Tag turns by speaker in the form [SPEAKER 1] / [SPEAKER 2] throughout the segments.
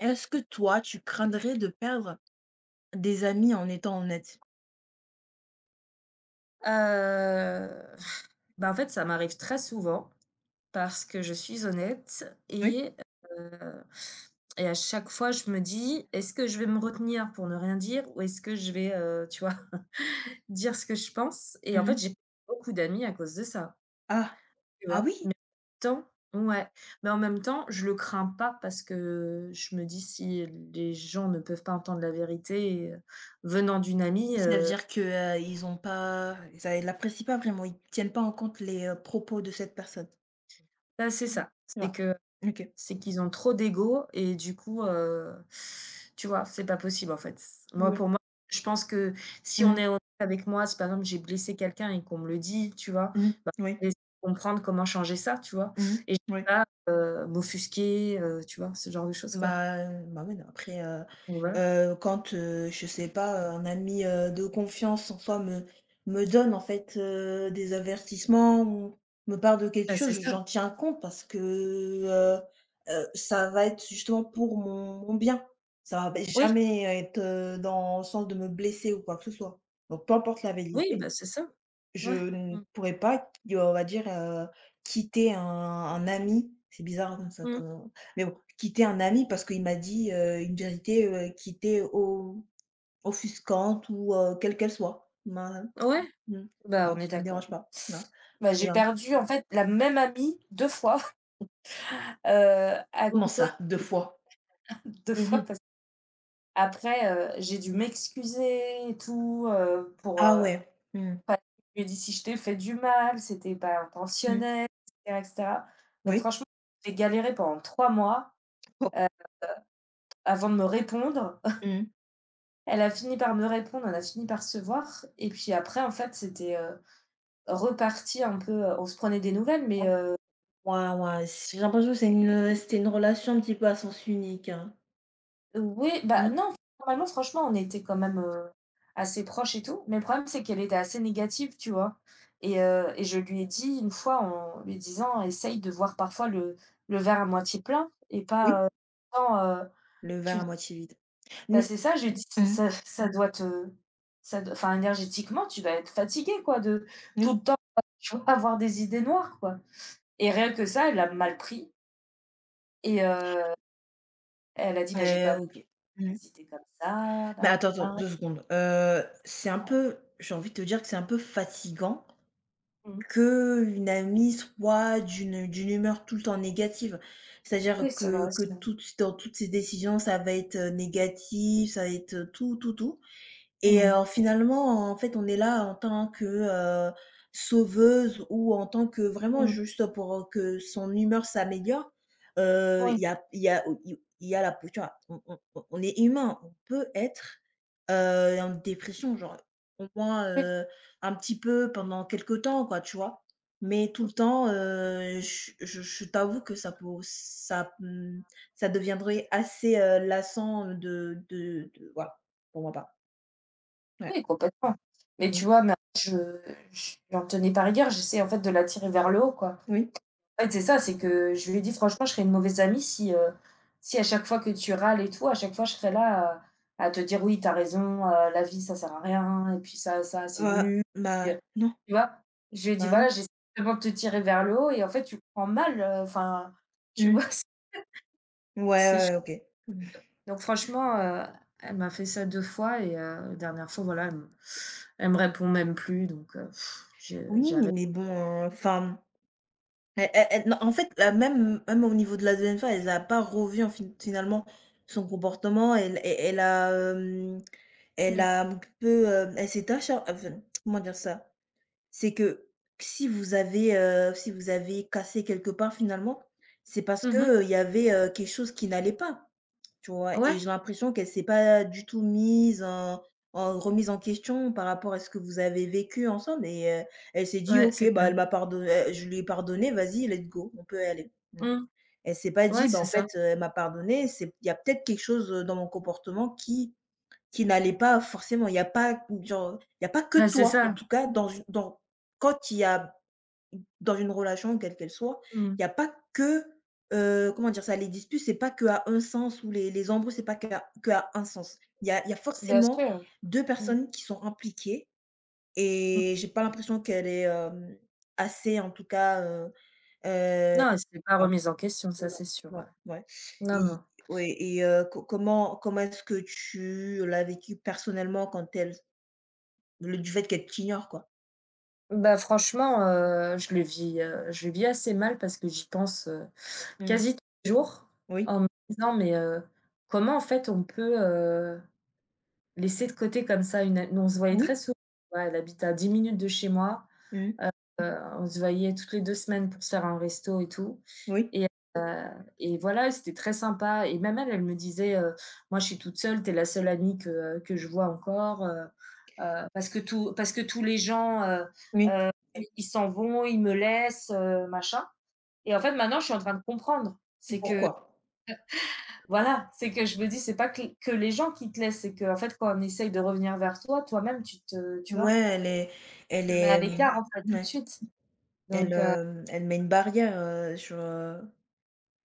[SPEAKER 1] Est-ce que toi, tu craindrais de perdre des amis en étant honnête?
[SPEAKER 2] Heu, bah, en fait, ça m'arrive très souvent parce que je suis honnête
[SPEAKER 1] Oui.
[SPEAKER 2] heu et à chaque fois, je me dis: «Est-ce que je vais me retenir pour ne rien dire ou est-ce que je vais, tu vois, dire ce que je pense?» Et en fait,
[SPEAKER 1] Mmh.
[SPEAKER 2] j'ai beaucoup d'amis à cause de ça,
[SPEAKER 1] Ah!
[SPEAKER 2] tu
[SPEAKER 1] Ah
[SPEAKER 2] vois?
[SPEAKER 1] oui?
[SPEAKER 2] Mais en même temps, ouais, mais en même temps, je le crains pas parce que je me dis: «Si les gens ne peuvent pas entendre la vérité, venant d'une amie»,
[SPEAKER 1] Ça veut dire que, ils ont pas ça ils l'apprécient pas vraiment, ils tiennent pas en compte les, propos de cette personne?
[SPEAKER 2] bah, c'est
[SPEAKER 1] Mmh.
[SPEAKER 2] ça, c'est
[SPEAKER 1] Ouais.
[SPEAKER 2] que
[SPEAKER 1] OK.
[SPEAKER 2] c'est qu'ils ont trop d'ego et du coup, tu vois? C'est pas possible en fait.
[SPEAKER 1] Ouais.
[SPEAKER 2] Pour moi, je pense que si on
[SPEAKER 1] Mmh.
[SPEAKER 2] est honnête avec moi, si par exemple j'ai blessé quelqu'un et qu'on me le dit, tu vois?
[SPEAKER 1] Mmh.
[SPEAKER 2] Bah,
[SPEAKER 1] Oui.
[SPEAKER 2] je vais essayer de comprendre comment changer ça, tu vois?
[SPEAKER 1] Mmh.
[SPEAKER 2] Et je
[SPEAKER 1] Oui.
[SPEAKER 2] vais pas, m'offusquer, tu vois? Ce genre de choses quoi.
[SPEAKER 1] Bah, bah, oui, non, après,
[SPEAKER 2] Donc voilà.
[SPEAKER 1] quand, je sais pas, un ami, de confiance en soi me donne en fait, des avertissements ou me parle de quelque
[SPEAKER 2] Bah,
[SPEAKER 1] chose,
[SPEAKER 2] c'est ça.
[SPEAKER 1] j'en tiens compte parce que, ça va être justement pour mon bien. Ça va
[SPEAKER 2] Oui,
[SPEAKER 1] jamais être, dans le sens de me blesser ou quoi que ce soit. Donc peu importe la
[SPEAKER 2] oui,
[SPEAKER 1] vérité
[SPEAKER 2] bah, c'est ça.
[SPEAKER 1] je
[SPEAKER 2] Ouais.
[SPEAKER 1] ne
[SPEAKER 2] Mmh.
[SPEAKER 1] pourrais pas, qui on va dire, quitter un ami. C'est bizarre comme ça
[SPEAKER 2] Mmh.
[SPEAKER 1] comme mais bon, quitter un ami parce qu'il m'a dit, une vérité, qui était o offusquante ou quelle qu'elle soit. Ben,
[SPEAKER 2] Ouais,
[SPEAKER 1] mmh,
[SPEAKER 2] bah,
[SPEAKER 1] ah,
[SPEAKER 2] on est
[SPEAKER 1] ça me
[SPEAKER 2] d'accord.
[SPEAKER 1] dérange pas, non
[SPEAKER 2] Bah,
[SPEAKER 1] et
[SPEAKER 2] j'ai
[SPEAKER 1] en
[SPEAKER 2] perdu en fait la même amie 2 fois, à
[SPEAKER 1] comment
[SPEAKER 2] cau
[SPEAKER 1] ça 2 fois?
[SPEAKER 2] deux fois.
[SPEAKER 1] Mmh.
[SPEAKER 2] Après, j'ai dû m'excuser et tout,
[SPEAKER 1] Ah ouais. Mmh.
[SPEAKER 2] enfin, je lui ai dit: «Si je t'ai fait du mal, c'était pas
[SPEAKER 1] Mmh.
[SPEAKER 2] intentionnel» et cetera et cetera. Donc
[SPEAKER 1] Oui.
[SPEAKER 2] franchement, j'ai galéré pendant 3 mois avant de me répondre.
[SPEAKER 1] Mmh.
[SPEAKER 2] Elle a fini par me répondre, on a fini par se voir et puis après, en fait, c'était, reparti un peu, on se prenait des nouvelles mais...
[SPEAKER 1] Ah ouais, ouais, c'est j'ai l'impression que c'était une relation un petit peu à sens unique, hein.
[SPEAKER 2] Oui, bah,
[SPEAKER 1] Mmh.
[SPEAKER 2] non, normalement, franchement, on était quand même, assez proches et tout, mais le problème, c'est qu'elle était assez négative, tu vois? Et je lui ai dit une fois en lui disant: «Essaye de voir parfois le verre à moitié plein et
[SPEAKER 1] Oui.
[SPEAKER 2] pas, tant, heu»
[SPEAKER 1] Le verre à moitié vide. Mmh.
[SPEAKER 2] bah, c'est ça, je lui ai dit: «Ça
[SPEAKER 1] Mmh.
[SPEAKER 2] ça ça doit te ça d enfin, énergétiquement, tu vas être fatigué quoi, de tout
[SPEAKER 1] Oui.
[SPEAKER 2] le temps, tu vois, avoir des idées noires, quoi», et rien que ça, elle l'a mal pris et elle a dit: «Bah, j'ai
[SPEAKER 1] Eh
[SPEAKER 2] quand même
[SPEAKER 1] OK. Mmh.
[SPEAKER 2] des idées comme ça,
[SPEAKER 1] Mais
[SPEAKER 2] nin
[SPEAKER 1] attends, attends,
[SPEAKER 2] nin nin».
[SPEAKER 1] 2 secondes. C'est un peu J'ai envie de te dire que c'est un peu fatigant
[SPEAKER 2] Mmh.
[SPEAKER 1] qu'une amie soit d'une humeur tout le temps négative. C'est-à-dire
[SPEAKER 2] Oui, c'est
[SPEAKER 1] que
[SPEAKER 2] vrai,
[SPEAKER 1] que
[SPEAKER 2] c'est vrai.
[SPEAKER 1] toutes dans toutes ses décisions, ça va être, négatif, ça va être, tout, tout, tout. Et
[SPEAKER 2] Mmh.
[SPEAKER 1] finalement, en fait, on est là en tant que, heu, sauveuse ou en tant que vraiment
[SPEAKER 2] Mmh.
[SPEAKER 1] juste pour, que son humeur s'améliore. Il
[SPEAKER 2] Oui,
[SPEAKER 1] y a il y a il y a la tu vois? On est humain, on peut être, en dépression, genre, au moins,
[SPEAKER 2] oui,
[SPEAKER 1] un petit peu pendant quelques temps, quoi, tu vois? Mais tout
[SPEAKER 2] mmh,
[SPEAKER 1] le temps, je t'avoue que ça, ça deviendrait assez, lassant de voilà, pour moi pas. Ouais.
[SPEAKER 2] oui, complètement. Mais
[SPEAKER 1] Mmh.
[SPEAKER 2] tu vois, mais je j'en tenais pas rigueur, j'essaie en fait de l'attirer vers le haut, quoi.
[SPEAKER 1] Oui.
[SPEAKER 2] En fait, c'est ça, c'est que je lui ai dit: «Franchement, je serais une mauvaise amie si à chaque fois que tu râles et tout, à chaque fois je serais là à te dire: "Oui, tu as raison, la vie ça sert à rien et puis ça, c'est
[SPEAKER 1] Bah
[SPEAKER 2] nul"
[SPEAKER 1] bah
[SPEAKER 2] et heu».
[SPEAKER 1] non,
[SPEAKER 2] Tu vois? Je lui ai dit:
[SPEAKER 1] bah
[SPEAKER 2] «Voilà,
[SPEAKER 1] non.
[SPEAKER 2] j'essaie vraiment de te tirer vers le haut et en fait, tu le prends mal, enfin», tu vois?
[SPEAKER 1] Mmh. Ouais,
[SPEAKER 2] C'est
[SPEAKER 1] ouais, OK.
[SPEAKER 2] Donc franchement, elle m'a fait ça 2 fois et la dernière fois, voilà, elle me répond même plus donc j'ai
[SPEAKER 1] Oui,
[SPEAKER 2] arrêté.
[SPEAKER 1] mais bon, enfin, elle non, en fait, la même au niveau de la deuxième fois, elle a pas revu en fin finalement son comportement. Elle
[SPEAKER 2] Mmh.
[SPEAKER 1] a un peu, elle s'est acharn enfin, comment dire ça? C'est que si vous avez cassé quelque part finalement, c'est parce
[SPEAKER 2] Mmh.
[SPEAKER 1] qu'il y avait, quelque chose qui n'allait pas. Tu vois? Et
[SPEAKER 2] Ouais,
[SPEAKER 1] j'ai l'impression qu'elle s'est pas du tout mise en remise en question par rapport à ce que vous avez vécu ensemble et elle s'est dit:
[SPEAKER 2] ouais,
[SPEAKER 1] «OK,
[SPEAKER 2] c'est
[SPEAKER 1] bah,
[SPEAKER 2] clair.
[SPEAKER 1] elle m'a pardonné je lui ai pardonné, vas-y, let's go, on peut y aller». Mmh.
[SPEAKER 2] Mmh.
[SPEAKER 1] Elle s'est pas
[SPEAKER 2] Ouais,
[SPEAKER 1] dit: «Bah,
[SPEAKER 2] c'est
[SPEAKER 1] en fait,
[SPEAKER 2] ça.
[SPEAKER 1] elle m'a pardonné, c'est il y a peut-être quelque chose, dans mon comportement qui n'allait pas forcément». Il y a pas genre, il y a pas que
[SPEAKER 2] Bah, c'est
[SPEAKER 1] toi, en
[SPEAKER 2] ça.
[SPEAKER 1] tout cas dans dans quand il y a dans une relation, quelle qu'elle soit,
[SPEAKER 2] Mmh.
[SPEAKER 1] il n'y a pas que, comment dire ça? Les disputes, c'est pas que à un sens ou les embrouilles, c'est pas qu'à que à un sens. Il y a
[SPEAKER 2] Bien
[SPEAKER 1] forcément
[SPEAKER 2] sûr.
[SPEAKER 1] 2
[SPEAKER 2] Mmh.
[SPEAKER 1] personnes qui sont impliquées
[SPEAKER 2] Mmh.
[SPEAKER 1] et j'ai pas l'impression qu'elle est, assez en tout cas, heu,
[SPEAKER 2] Non, c'est pas remise en question, ça,
[SPEAKER 1] non,
[SPEAKER 2] c'est sûr, ouais.
[SPEAKER 1] non, ouais
[SPEAKER 2] Non,
[SPEAKER 1] et
[SPEAKER 2] non.
[SPEAKER 1] co comment comment est-ce que tu l'as vécu personnellement quand elle le du fait qu'elle t'ignore, quoi?
[SPEAKER 2] Bah, franchement, je le vis assez mal parce que j'y pense,
[SPEAKER 1] Mmh.
[SPEAKER 2] quasi tous les jours
[SPEAKER 1] Oui.
[SPEAKER 2] en me disant: «Mais comment en fait on peut,» Laisser de côté comme ça une nous on se voyait très
[SPEAKER 1] Oui.
[SPEAKER 2] souvent, tu elle habite à 10 minutes de chez moi,
[SPEAKER 1] Mmh.
[SPEAKER 2] on se voyait toutes les 2 semaines pour se faire un resto et tout
[SPEAKER 1] Oui.
[SPEAKER 2] et et voilà, c'était très sympa et même elle, elle me disait, «Moi, je suis toute seule, t'es la seule amie que je vois encore, parce que tous les gens,
[SPEAKER 1] Oui.
[SPEAKER 2] heu, ils s'en vont, ils me laissent, machin» et en fait, maintenant, je suis en train de comprendre. C'est que
[SPEAKER 1] Pourquoi?
[SPEAKER 2] voilà, c'est que je me dis: «C'est pas que les gens qui te laissent, c'est qu'en fait, quand on essaye de revenir vers toi, toi-même, tu te», tu
[SPEAKER 1] Ouais,
[SPEAKER 2] vois?
[SPEAKER 1] elle
[SPEAKER 2] Te met
[SPEAKER 1] est,
[SPEAKER 2] à
[SPEAKER 1] hem,
[SPEAKER 2] l'écart, en fait, tout de
[SPEAKER 1] ouais,
[SPEAKER 2] suite. Donc
[SPEAKER 1] elle met une barrière, sur,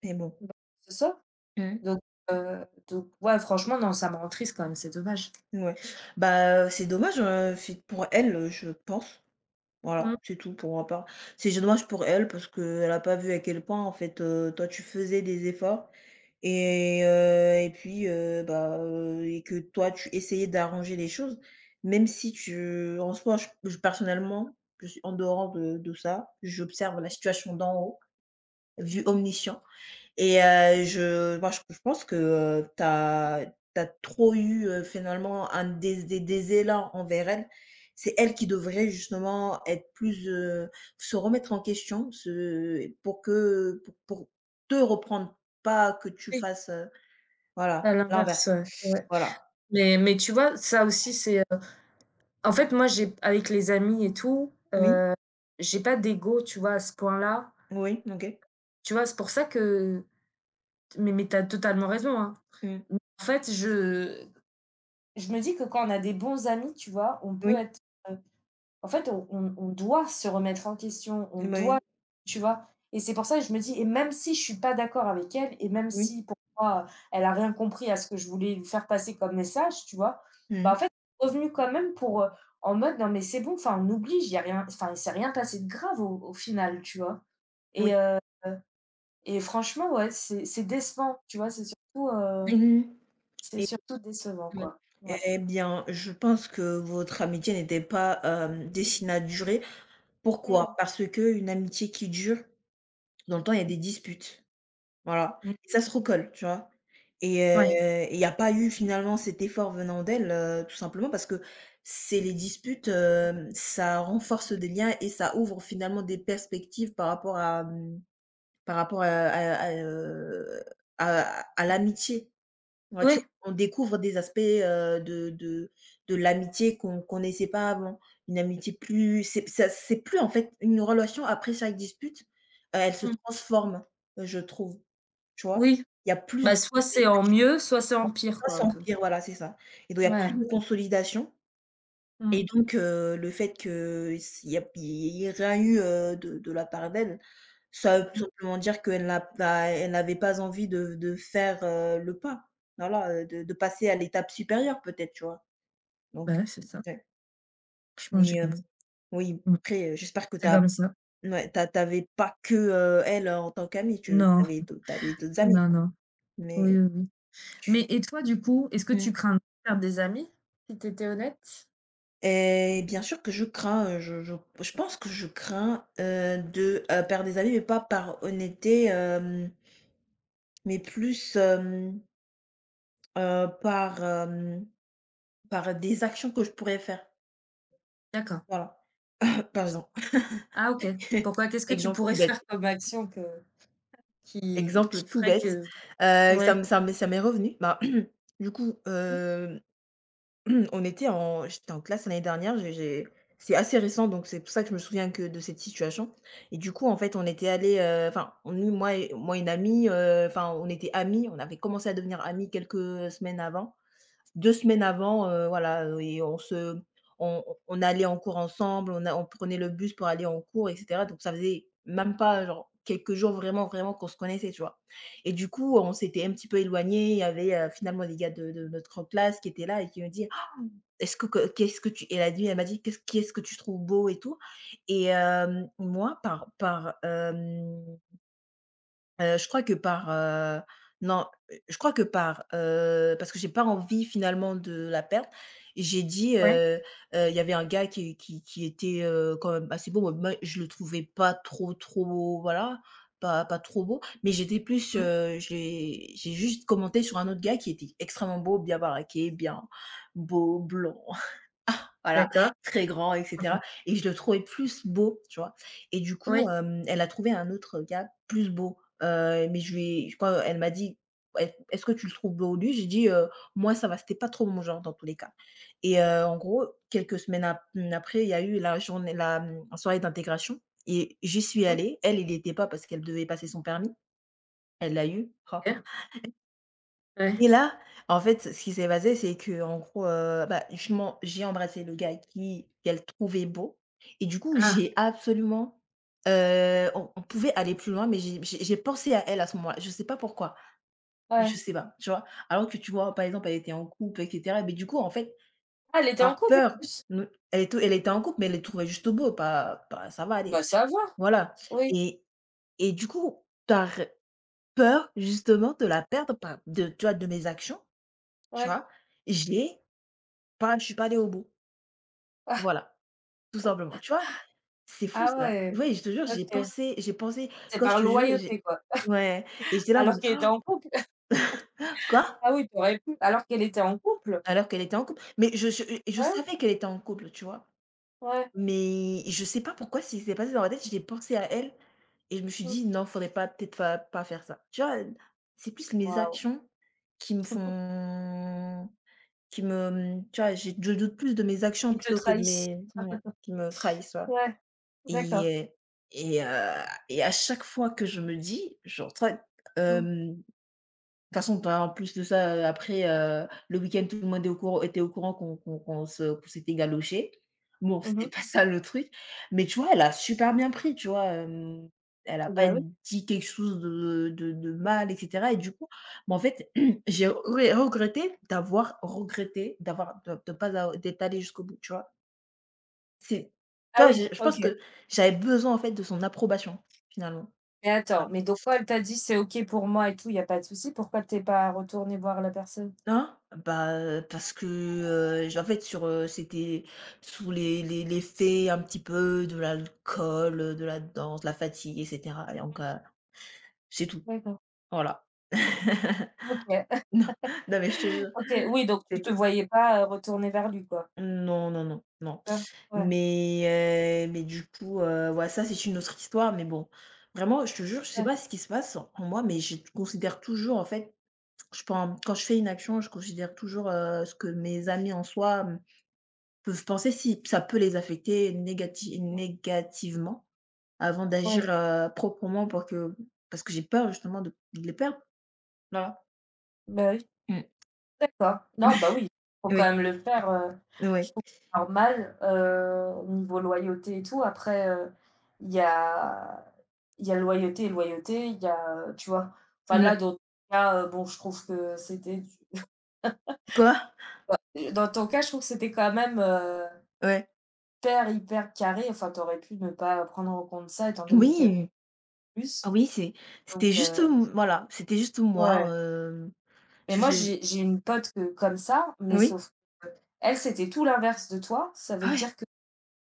[SPEAKER 1] mais bon.
[SPEAKER 2] bah, c'est ça.
[SPEAKER 1] Mmh.
[SPEAKER 2] Donc donc ouais, franchement, non, ça me rend triste quand même, c'est dommage.
[SPEAKER 1] Ouais. Bah, c'est dommage, c'est pour elle, je pense. Voilà,
[SPEAKER 2] Mmh.
[SPEAKER 1] c'est tout pour ma part. C'est dommage pour elle parce qu'elle a pas vu à quel point, en fait, toi, tu faisais des efforts et puis, bah, et que toi, tu essayais d'arranger les choses. Même si tu en soi, je personnellement, je suis en dehors de ça, j'observe la situation d'en haut.
[SPEAKER 2] Mmh
[SPEAKER 1] Vu
[SPEAKER 2] mh.
[SPEAKER 1] omniscient. Et je moi, je pense que, tu as trop eu, finalement un des élans envers elle. C'est elle qui devrait justement être plus, se remettre en question, se pour que pour te reprendre, pas que tu
[SPEAKER 2] Oui,
[SPEAKER 1] fasses, voilà,
[SPEAKER 2] à
[SPEAKER 1] l'inverse.
[SPEAKER 2] l'inverse, ouais, ouais.
[SPEAKER 1] Voilà.
[SPEAKER 2] Mais tu vois, ça aussi, en fait, moi, j'ai avec les amis et tout,
[SPEAKER 1] Oui,
[SPEAKER 2] j'ai pas d'ego, tu vois, à ce point-là.
[SPEAKER 1] oui, OK.
[SPEAKER 2] Tu vois, c'est pour ça que mais tu as totalement raison, hein.
[SPEAKER 1] Mmh.
[SPEAKER 2] En fait, je me dis que quand on a des bons amis, tu vois, on peut
[SPEAKER 1] Oui,
[SPEAKER 2] être, heu en fait, on doit se remettre en question, on
[SPEAKER 1] bah,
[SPEAKER 2] doit,
[SPEAKER 1] oui,
[SPEAKER 2] tu vois? Et c'est pour ça que je me dis et même si je suis pas d'accord avec elle et même
[SPEAKER 1] oui.
[SPEAKER 2] si pour moi, elle a rien compris à ce que je voulais lui faire passer comme message, tu vois? Bah, en
[SPEAKER 1] Mmh.
[SPEAKER 2] fait, revenu quand même pour, en mode: «Non mais c'est bon, enfin on oublie, il y a rien enfin il s'est rien passé de grave au final», tu vois? Et
[SPEAKER 1] Oui.
[SPEAKER 2] heu et franchement, ouais, c'est décevant, tu vois? C'est surtout, heu,
[SPEAKER 1] Mmh.
[SPEAKER 2] c'est surtout décevant,
[SPEAKER 1] Ouais.
[SPEAKER 2] quoi. Ouais.
[SPEAKER 1] Eh bien, je pense que votre amitié n'était pas, destinée à durer. Pourquoi?
[SPEAKER 2] Mmh.
[SPEAKER 1] Parce que une amitié qui dure, dans le temps, il y a des disputes, voilà
[SPEAKER 2] Mmh.
[SPEAKER 1] et ça se recolle, tu vois? Et heu
[SPEAKER 2] Ouais.
[SPEAKER 1] et il n'y a pas eu finalement cet effort venant d'elle, tout simplement parce que c'est les disputes, ça renforce des liens et ça ouvre finalement des perspectives par rapport à, par rapport à à l'amitié. Ouais, tu
[SPEAKER 2] Oui.
[SPEAKER 1] on découvre des aspects, de l'amitié qu'on ne connaissait pas avant. Une amitié plus c'est ça c'est plus en fait une relation après chaque dispute, elle se
[SPEAKER 2] Mmh.
[SPEAKER 1] transforme, je trouve, tu vois?
[SPEAKER 2] Oui.
[SPEAKER 1] Il y a plus de
[SPEAKER 2] Bah, soit c'est en
[SPEAKER 1] consolidation,
[SPEAKER 2] mieux, soit c'est en pire
[SPEAKER 1] ça
[SPEAKER 2] quoi, un peu.
[SPEAKER 1] s'empire, voilà, c'est ça et donc il y a plus
[SPEAKER 2] Ouais.
[SPEAKER 1] de consolidation
[SPEAKER 2] Mmh.
[SPEAKER 1] et donc le fait que s il y a il y ait rien eu, de la part d'elle ça veut tout
[SPEAKER 2] Mmh.
[SPEAKER 1] simplement dire qu'elle n'a pas elle n'avait pas envie de faire, le pas. Voilà, de passer à l'étape supérieure peut-être, tu vois? Donc
[SPEAKER 2] Bah, ouais, c'est ça.
[SPEAKER 1] ouais,
[SPEAKER 2] Je pense que
[SPEAKER 1] mais
[SPEAKER 2] j'ai compris.
[SPEAKER 1] oui,
[SPEAKER 2] Mmh.
[SPEAKER 1] après, j'espère que
[SPEAKER 2] C'est
[SPEAKER 1] t'as
[SPEAKER 2] comme ça.
[SPEAKER 1] as ouais, tu as pas que, elle en tant qu'amie, tu
[SPEAKER 2] Non,
[SPEAKER 1] avais d'autres amis,
[SPEAKER 2] non,
[SPEAKER 1] quoi,
[SPEAKER 2] non. Oui,
[SPEAKER 1] mais
[SPEAKER 2] oui, oui. Mais et toi, du coup, est-ce que tu
[SPEAKER 1] mmh
[SPEAKER 2] crains de perdre des amis? Si tu étais honnête?
[SPEAKER 1] et bien sûr que je crains, je pense que je crains, de, perdre des amis, mais pas par honnêteté, mais plus, par, hem par des actions que je pourrais faire.
[SPEAKER 2] D'accord.
[SPEAKER 1] Voilà, par exemple.
[SPEAKER 2] Ah OK. Pourquoi? Qu'est-ce que tu
[SPEAKER 1] Exemple tout
[SPEAKER 2] pourrais
[SPEAKER 1] bête,
[SPEAKER 2] faire comme action que
[SPEAKER 1] exemple
[SPEAKER 2] qui
[SPEAKER 1] tout
[SPEAKER 2] ferait
[SPEAKER 1] bête,
[SPEAKER 2] que
[SPEAKER 1] ça
[SPEAKER 2] ouais.
[SPEAKER 1] me ça m'est ça m'est revenu. Bah, du coup,
[SPEAKER 2] Mmh.
[SPEAKER 1] on était en j'étais en classe l'année dernière, j'ai c'est assez récent, donc c'est pour ça que je me souviens que de cette situation et du coup, en fait, on était allé enfin, on- nous, moi et une amie, enfin, on était amis on avait commencé à devenir amis quelques semaines avant 2 semaines avant, voilà, et on se on allait en cours ensemble, on prenait le bus pour aller en cours et cetera, donc ça faisait même pas genre quelques jours vraiment, vraiment qu'on se connaissait, tu vois? Et du coup, on s'était un petit peu éloignés, il y avait, finalement les gars de notre classe qui étaient là et qui me disaient: «Ah, «Est-ce que qu'est-ce que tu» elle m'a dit: «Qu'est-ce que tu trouves beau et tout?» et moi par, euh, Heu, je crois que par, heu, non, je crois que par, parce que j'ai pas envie finalement de la perdre, j'ai dit,
[SPEAKER 2] Ouais.
[SPEAKER 1] il y avait un gars qui était, quand même assez beau, moi je le trouvais pas trop trop, voilà, pas pas trop beau, mais j'étais plus,
[SPEAKER 2] Mmh.
[SPEAKER 1] j'ai juste commenté sur un autre gars qui était extrêmement beau, bien baraqué, bien beau, blanc. Voilà,
[SPEAKER 2] D'accord.
[SPEAKER 1] très grand et cetera
[SPEAKER 2] Mmh.
[SPEAKER 1] et je le trouvais plus beau, tu vois? Et du coup,
[SPEAKER 2] Oui.
[SPEAKER 1] elle a trouvé un autre gars plus beau, mais je lui ai quand elle m'a dit: est-ce que tu le trouves beau, lui?» j'ai dit: moi ça va, c'était pas trop mon genre dans tous les cas» et en gros, quelques semaines ap mmh, après, il y a eu la journée la, mmh, soirée d'intégration et j'y suis
[SPEAKER 2] Mmh.
[SPEAKER 1] allée. Elle, il y était pas parce qu'elle devait passer son permis. Elle l'a eu. Oh!
[SPEAKER 2] OK. Ouais.
[SPEAKER 1] Et là, en fait, ce qui s'est passé, c'est que en gros, bah, je j'ai embrassé le gars qui qu'elle trouvait beau et du coup,
[SPEAKER 2] Ah.
[SPEAKER 1] j'ai absolument, on pouvait aller plus loin, mais j'ai pensé à elle à ce moment-là. Je sais pas pourquoi, je
[SPEAKER 2] Ouais.
[SPEAKER 1] sais pas, tu vois? Alors que tu vois, par exemple, elle était en couple et cetera, mais du coup, en fait,
[SPEAKER 2] Ah, elle était en
[SPEAKER 1] par
[SPEAKER 2] couple en
[SPEAKER 1] peur,
[SPEAKER 2] plus?
[SPEAKER 1] mmh, elle était en couple, mais elle le trouvait juste beau, pas pas ça va aller.
[SPEAKER 2] Bah, ça va.
[SPEAKER 1] Voilà
[SPEAKER 2] Oui.
[SPEAKER 1] et du coup, par peur justement de la perdre, par de tu vois, de mes actions tu
[SPEAKER 2] Ouais.
[SPEAKER 1] vois? J'ai pas je suis pas allée au bout.
[SPEAKER 2] Ah
[SPEAKER 1] Voilà, tout simplement. Tu vois? C'est fou
[SPEAKER 2] ah
[SPEAKER 1] ça.
[SPEAKER 2] ouais.
[SPEAKER 1] Oui, je te jure, j'ai
[SPEAKER 2] OK.
[SPEAKER 1] pensé j'ai pensé
[SPEAKER 2] C'est
[SPEAKER 1] quand je
[SPEAKER 2] par
[SPEAKER 1] te jure, j'ai
[SPEAKER 2] loyauté, quoi.
[SPEAKER 1] ouais et j'étais là en
[SPEAKER 2] Alors
[SPEAKER 1] mode:
[SPEAKER 2] qu'elle était
[SPEAKER 1] «Oh,
[SPEAKER 2] en couple.
[SPEAKER 1] quoi?»
[SPEAKER 2] Ah oui, tu aurais pu. Alors qu'elle était en couple?
[SPEAKER 1] alors qu'elle était en couple. Mais je
[SPEAKER 2] Ouais,
[SPEAKER 1] savais qu'elle était en couple, tu vois?
[SPEAKER 2] ouais,
[SPEAKER 1] Mais je sais pas pourquoi si c'est passé dans ma tête, j'ai pensé à elle et je me suis
[SPEAKER 2] mmh.
[SPEAKER 1] dit: «Non, faudrait pas peut-être pas pas faire ça». Tu vois? C'est plus mes
[SPEAKER 2] Waouh,
[SPEAKER 1] actions qui me font qui me, tu vois? J'ai je doute plus de mes actions
[SPEAKER 2] qu'ils te
[SPEAKER 1] plutôt que de
[SPEAKER 2] trahissent.
[SPEAKER 1] mes ouais, qui me trahissent, ouais.
[SPEAKER 2] Ouais,
[SPEAKER 1] Et
[SPEAKER 2] d'accord.
[SPEAKER 1] heu et heu et à chaque fois que je me dis, genre, tu vois,
[SPEAKER 2] Mmh.
[SPEAKER 1] de toute façon, ben, en plus de ça, après, le week-end, tout le monde est au courant était au courant qu'on s'était galoché. Bon, c'était
[SPEAKER 2] Mmh.
[SPEAKER 1] pas ça le truc, mais tu vois, elle a super bien pris, tu vois? Elle a pas
[SPEAKER 2] Bah oui.
[SPEAKER 1] dit quelque chose de mal et cetera et du coup, mais en fait, j'ai re regretté d'avoir de pas a d'être allée jusqu'au bout, tu vois? C'est tu
[SPEAKER 2] Ah
[SPEAKER 1] vois,
[SPEAKER 2] oui,
[SPEAKER 1] j'ai je pense
[SPEAKER 2] OK.
[SPEAKER 1] que j'avais besoin, en fait, de son approbation, finalement.
[SPEAKER 2] Mais
[SPEAKER 1] Tu
[SPEAKER 2] attends,
[SPEAKER 1] vois?
[SPEAKER 2] mais donc quand elle t'a dit: «C'est OK pour moi et tout, il y a pas de souci», pourquoi t'es pas retourné voir la personne?
[SPEAKER 1] Hein? Bah, parce que, j en fait, c'était sous les l'effet un petit peu de l'alcool, de la danse, la fatigue et cetera et donc c'est tout,
[SPEAKER 2] D'accord.
[SPEAKER 1] voilà.
[SPEAKER 2] OK,
[SPEAKER 1] Non, non, mais je te jure,
[SPEAKER 2] OK, oui, donc tu
[SPEAKER 1] c'est
[SPEAKER 2] te
[SPEAKER 1] tout.
[SPEAKER 2] voyais pas, retourner vers lui, quoi,
[SPEAKER 1] Non, non, non, non,
[SPEAKER 2] ça? Ouais,
[SPEAKER 1] mais du coup, ouais, ça, c'est une autre histoire, mais bon, vraiment, je te jure, je sais
[SPEAKER 2] ouais.
[SPEAKER 1] pas ce qui se passe en moi, mais je considère toujours, en fait. Je pense quand je fais une action, je considère toujours, ce que mes amis en soi, peuvent penser, si ça peut les affecter
[SPEAKER 2] Mmh,
[SPEAKER 1] négativement avant
[SPEAKER 2] ouais,
[SPEAKER 1] d'agir, proprement pour que parce que j'ai peur justement de les perdre. Voilà.
[SPEAKER 2] bah oui,
[SPEAKER 1] Mmh.
[SPEAKER 2] d'accord. Non, bah oui, faut quand
[SPEAKER 1] Oui,
[SPEAKER 2] même le faire,
[SPEAKER 1] oui. Ouais.
[SPEAKER 2] normal, niveau loyauté et tout. Après, il y a il y a loyauté et loyauté, il y a, tu vois? Enfin là, dans ton cas, bon, je trouve que c'était du
[SPEAKER 1] Quoi?
[SPEAKER 2] dans ton cas, je trouve que c'était quand même,
[SPEAKER 1] Ouais.
[SPEAKER 2] hyper, hyper carré. Enfin, tu aurais pu ne pas prendre en compte ça étant donné qu'elle a
[SPEAKER 1] Oui, ah
[SPEAKER 2] plus.
[SPEAKER 1] oui,
[SPEAKER 2] Donc,
[SPEAKER 1] c'était juste m voilà, c'était juste moi,
[SPEAKER 2] ouais.
[SPEAKER 1] je
[SPEAKER 2] Mais moi,
[SPEAKER 1] faisais
[SPEAKER 2] j'ai une pote que comme ça, mais
[SPEAKER 1] oui,
[SPEAKER 2] sauf qu'elle, c'était tout l'inverse de toi. Ça veut
[SPEAKER 1] ah ouais,
[SPEAKER 2] dire que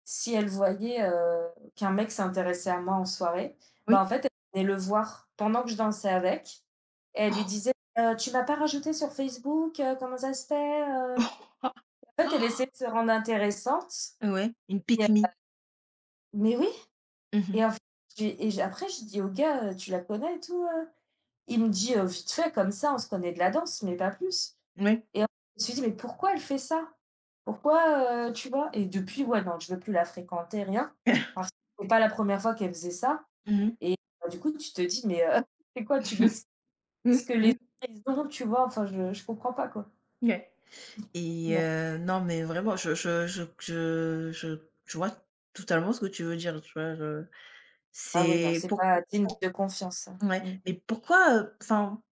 [SPEAKER 2] si elle voyait, qu'un mec s'intéressait à moi en soirée,
[SPEAKER 1] oui.
[SPEAKER 2] bah, en fait, elle venait le voir pendant que je dansais avec et elle lui disait: Tu m'as pas rajoutée sur Facebook, comment ça se fait, heu?»
[SPEAKER 1] Oh, oh,
[SPEAKER 2] En fait, elle
[SPEAKER 1] ah,
[SPEAKER 2] essayait de se rendre intéressante
[SPEAKER 1] ouais, une
[SPEAKER 2] et
[SPEAKER 1] pick
[SPEAKER 2] heu
[SPEAKER 1] me.
[SPEAKER 2] mais oui
[SPEAKER 1] Mmh.
[SPEAKER 2] et en fait, j'ai après je dis au gars: Tu la connais et tout,» Il me dit, vite fait comme ça, on se connaît de la danse, mais pas plus
[SPEAKER 1] Ouais.
[SPEAKER 2] et je me suis dit: «Mais pourquoi elle fait ça? Pourquoi,» Tu vois? Et depuis, ouais, non, je veux plus la fréquenter, rien, parce que c'est pas la première fois qu'elle faisait ça
[SPEAKER 1] Mmh mh.
[SPEAKER 2] et bah, du coup, tu te dis: «Mais, c'est quoi? Tu veux ce que les
[SPEAKER 1] Mmh.
[SPEAKER 2] autres, ils ont?» Tu vois? Enfin, je comprends pas, quoi.
[SPEAKER 1] Ouais. Et
[SPEAKER 2] Bah,
[SPEAKER 1] non, mais vraiment, je vois totalement ce que tu veux dire, tu vois? Je
[SPEAKER 2] ah oui, non,
[SPEAKER 1] c'est
[SPEAKER 2] c'est
[SPEAKER 1] pour
[SPEAKER 2] pas
[SPEAKER 1] pour
[SPEAKER 2] digne
[SPEAKER 1] pour
[SPEAKER 2] de confiance, ça.
[SPEAKER 1] ouais,
[SPEAKER 2] Mmh.
[SPEAKER 1] mais pourquoi, enfin